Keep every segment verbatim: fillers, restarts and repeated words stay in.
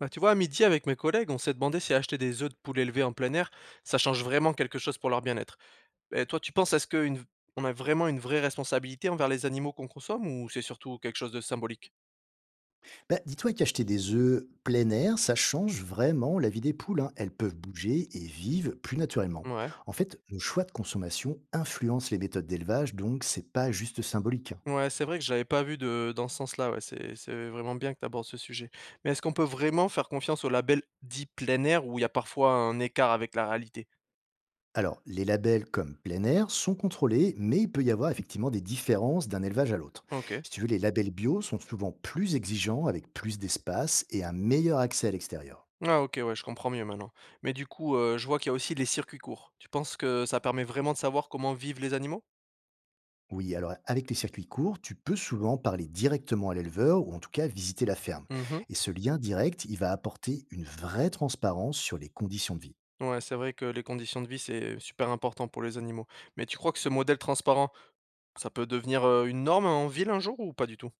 Bah, tu vois, à midi, avec mes collègues, on s'est demandé si acheter des œufs de poules élevés en plein air, ça change vraiment quelque chose pour leur bien-être. Et toi, tu penses, est-ce qu'on a vraiment une vraie responsabilité envers les animaux qu'on consomme ou c'est surtout quelque chose de symbolique? Bah, dis-toi qu'acheter des œufs plein air, ça change vraiment la vie des poules, hein. Elles peuvent bouger et vivent plus naturellement. Ouais. En fait, nos choix de consommation influencent les méthodes d'élevage, donc c'est pas juste symbolique, hein. Ouais, c'est vrai que je l'avais pas vu de, dans ce sens-là, ouais, c'est, c'est vraiment bien que tu abordes ce sujet. Mais est-ce qu'on peut vraiment faire confiance au label dit plein air où il y a parfois un écart avec la réalité? Alors, les labels comme plein air sont contrôlés, mais il peut y avoir effectivement des différences d'un élevage à l'autre. Ok. Si tu veux, les labels bio sont souvent plus exigeants, avec plus d'espace et un meilleur accès à l'extérieur. Ah ok, ouais, je comprends mieux maintenant. Mais du coup, euh, je vois qu'il y a aussi les circuits courts. Tu penses que ça permet vraiment de savoir comment vivent les animaux? Oui, alors avec les circuits courts, tu peux souvent parler directement à l'éleveur ou en tout cas visiter la ferme. Mhm. Et ce lien direct, il va apporter une vraie transparence sur les conditions de vie. Ouais, c'est vrai que les conditions de vie, c'est super important pour les animaux. Mais tu crois que ce modèle transparent, ça peut devenir euh, une norme en ville un jour ou pas du tout?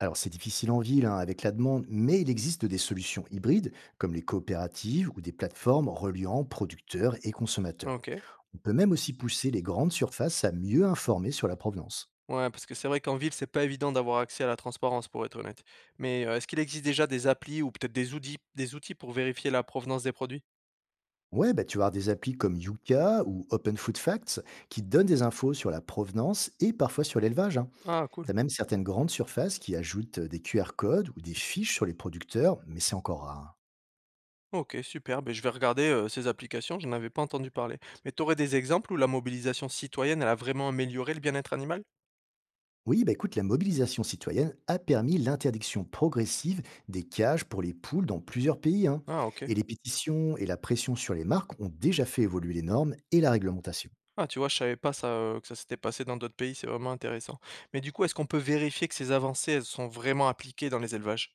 Alors c'est difficile en ville, hein, avec la demande, mais il existe des solutions hybrides comme les coopératives ou des plateformes reliant producteurs et consommateurs. Ok. On peut même aussi pousser les grandes surfaces à mieux informer sur la provenance. Ouais, parce que c'est vrai qu'en ville, c'est pas évident d'avoir accès à la transparence, pour être honnête. Mais euh, est-ce qu'il existe déjà des applis ou peut-être des outils, des outils pour vérifier la provenance des produits? Ouais, bah, tu vas avoir des applis comme Yuka ou Open Food Facts qui donnent des infos sur la provenance et parfois sur l'élevage, hein. Ah, T'as cool. même certaines grandes surfaces qui ajoutent euh, des Q R codes ou des fiches sur les producteurs, mais c'est encore rare, hein. Ok, super. Ben, je vais regarder euh, ces applications, je n'en avais pas entendu parler. Mais tu aurais des exemples où la mobilisation citoyenne, elle a vraiment amélioré le bien-être animal? Oui, bah écoute, la mobilisation citoyenne a permis l'interdiction progressive des cages pour les poules dans plusieurs pays, hein. Ah, ok. Et les pétitions et la pression sur les marques ont déjà fait évoluer les normes et la réglementation. Ah, tu vois, je savais pas ça, heu, que ça s'était passé dans d'autres pays, c'est vraiment intéressant. Mais du coup, est-ce qu'on peut vérifier que ces avancées, elles sont vraiment appliquées dans les élevages?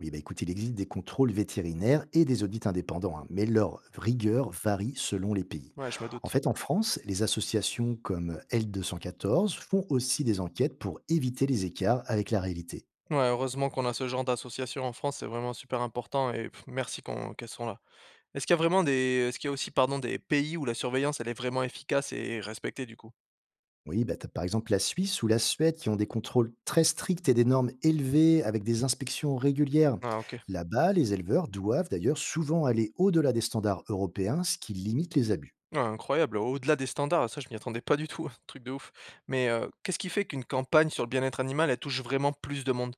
Oui, bah écoute, il existe des contrôles vétérinaires et des audits indépendants, hein, mais leur rigueur varie selon les pays. Ouais, je me En doute. fait, en France, les associations comme L deux cent quatorze font aussi des enquêtes pour éviter les écarts avec la réalité. Ouais, heureusement qu'on a ce genre d'association en France, c'est vraiment super important et pff, merci qu'on qu'elles sont là. Est-ce qu'il y a vraiment des est-ce qu'il y a aussi, pardon, des pays où la surveillance, elle est vraiment efficace et respectée du coup? Oui, bah, tu par exemple la Suisse ou la Suède qui ont des contrôles très stricts et des normes élevées avec des inspections régulières. Ah OK. Là-bas, les éleveurs doivent d'ailleurs souvent aller au-delà des standards européens, ce qui limite les abus. Ouais, incroyable, au-delà des standards, ça je m'y attendais pas du tout, truc de ouf. Mais, heu, qu'est-ce qui fait qu'une campagne sur le bien-être animal, elle touche vraiment plus de monde?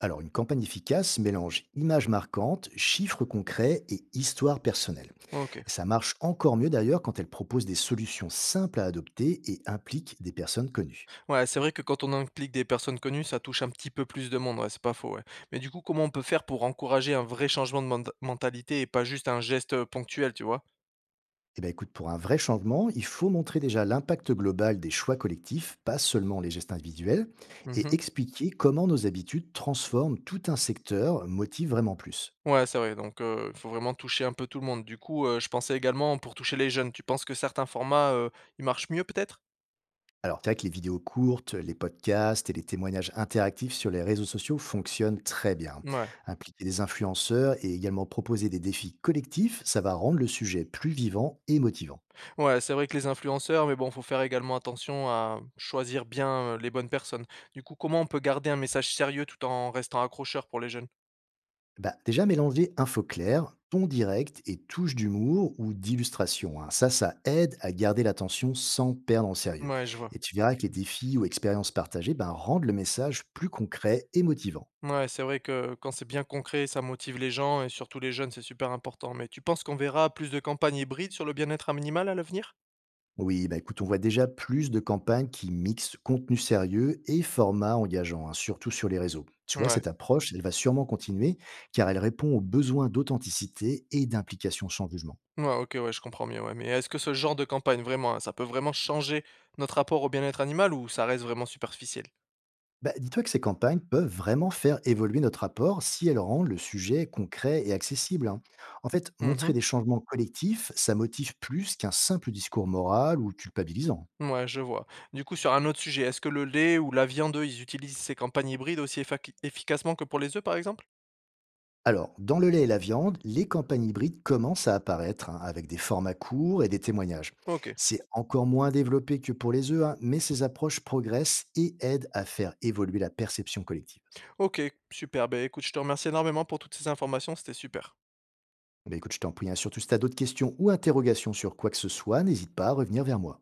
Alors, une campagne efficace mélange images marquantes, chiffres concrets et histoire personnelle. OK. Ça marche encore mieux d'ailleurs quand elle propose des solutions simples à adopter et implique des personnes connues. Ouais, c'est vrai que quand on implique des personnes connues, ça touche un petit peu plus de monde, ouais, c'est pas faux, ouais. Mais du coup, comment on peut faire pour encourager un vrai changement de menta- mentalité et pas juste un geste euh, ponctuel, tu vois? Eh bien, écoute, pour un vrai changement, il faut montrer déjà l'impact global des choix collectifs, pas seulement les gestes individuels, et Mhm. expliquer comment nos habitudes transforment tout un secteur, motive vraiment plus. Ouais, c'est vrai, donc euh, il faut vraiment toucher un peu tout le monde. Du coup, euh, je pensais également pour toucher les jeunes. Tu penses que certains formats, euh, ils marchent mieux peut-être? Alors, c'est vrai que les vidéos courtes, les podcasts et les témoignages interactifs sur les réseaux sociaux fonctionnent très bien. Ouais. Impliquer des influenceurs et également proposer des défis collectifs, ça va rendre le sujet plus vivant et motivant. Ouais, c'est vrai que les influenceurs, mais bon, faut faire également attention à choisir bien euh, les bonnes personnes. Du coup, comment on peut garder un message sérieux tout en restant accrocheur pour les jeunes? Bah, déjà mélanger info claire, ton direct et touche d'humour ou d'illustration, hein. Ça, ça aide à garder l'attention sans perdre en sérieux. Ouais, je vois. Et tu verras que les défis ou expériences partagées ben, rendent le message plus concret et motivant. Ouais, c'est vrai que quand c'est bien concret, ça motive les gens et surtout les jeunes, c'est super important. Mais tu penses qu'on verra plus de campagnes hybrides sur le bien-être animal à l'avenir? Oui, bah écoute, on voit déjà plus de campagnes qui mixent contenu sérieux et format engageant, hein, surtout sur les réseaux. Tu vois, Ouais, cette approche, elle va sûrement continuer car elle répond aux besoins d'authenticité et d'implication sans jugement. ouais, ok, ouais, je comprends mieux, ouais. Mais est-ce que ce genre de campagne, vraiment, hein, ça peut vraiment changer notre rapport au bien-être animal ou ça reste vraiment superficiel? Bah, dis-toi que ces campagnes peuvent vraiment faire évoluer notre rapport si elles rendent le sujet concret et accessible, hein. En fait, montrer Mhm. des changements collectifs, ça motive plus qu'un simple discours moral ou culpabilisant. Ouais, je vois. Du coup, sur un autre sujet, est-ce que le lait ou la viande, eux, ils utilisent ces campagnes hybrides aussi effac- efficacement que pour les œufs, par exemple? Alors, dans le lait et la viande, les campagnes hybrides commencent à apparaître, hein, avec des formats courts et des témoignages. Ok, C'est encore moins développé que pour les œufs, hein, mais ces approches progressent et aident à faire évoluer la perception collective. ok, super. Ben écoute, je te remercie énormément pour toutes ces informations, c'était super. Bah, écoute, je t'en prie, hein, surtout si tu as d'autres questions ou interrogations sur quoi que ce soit, n'hésite pas à revenir vers moi.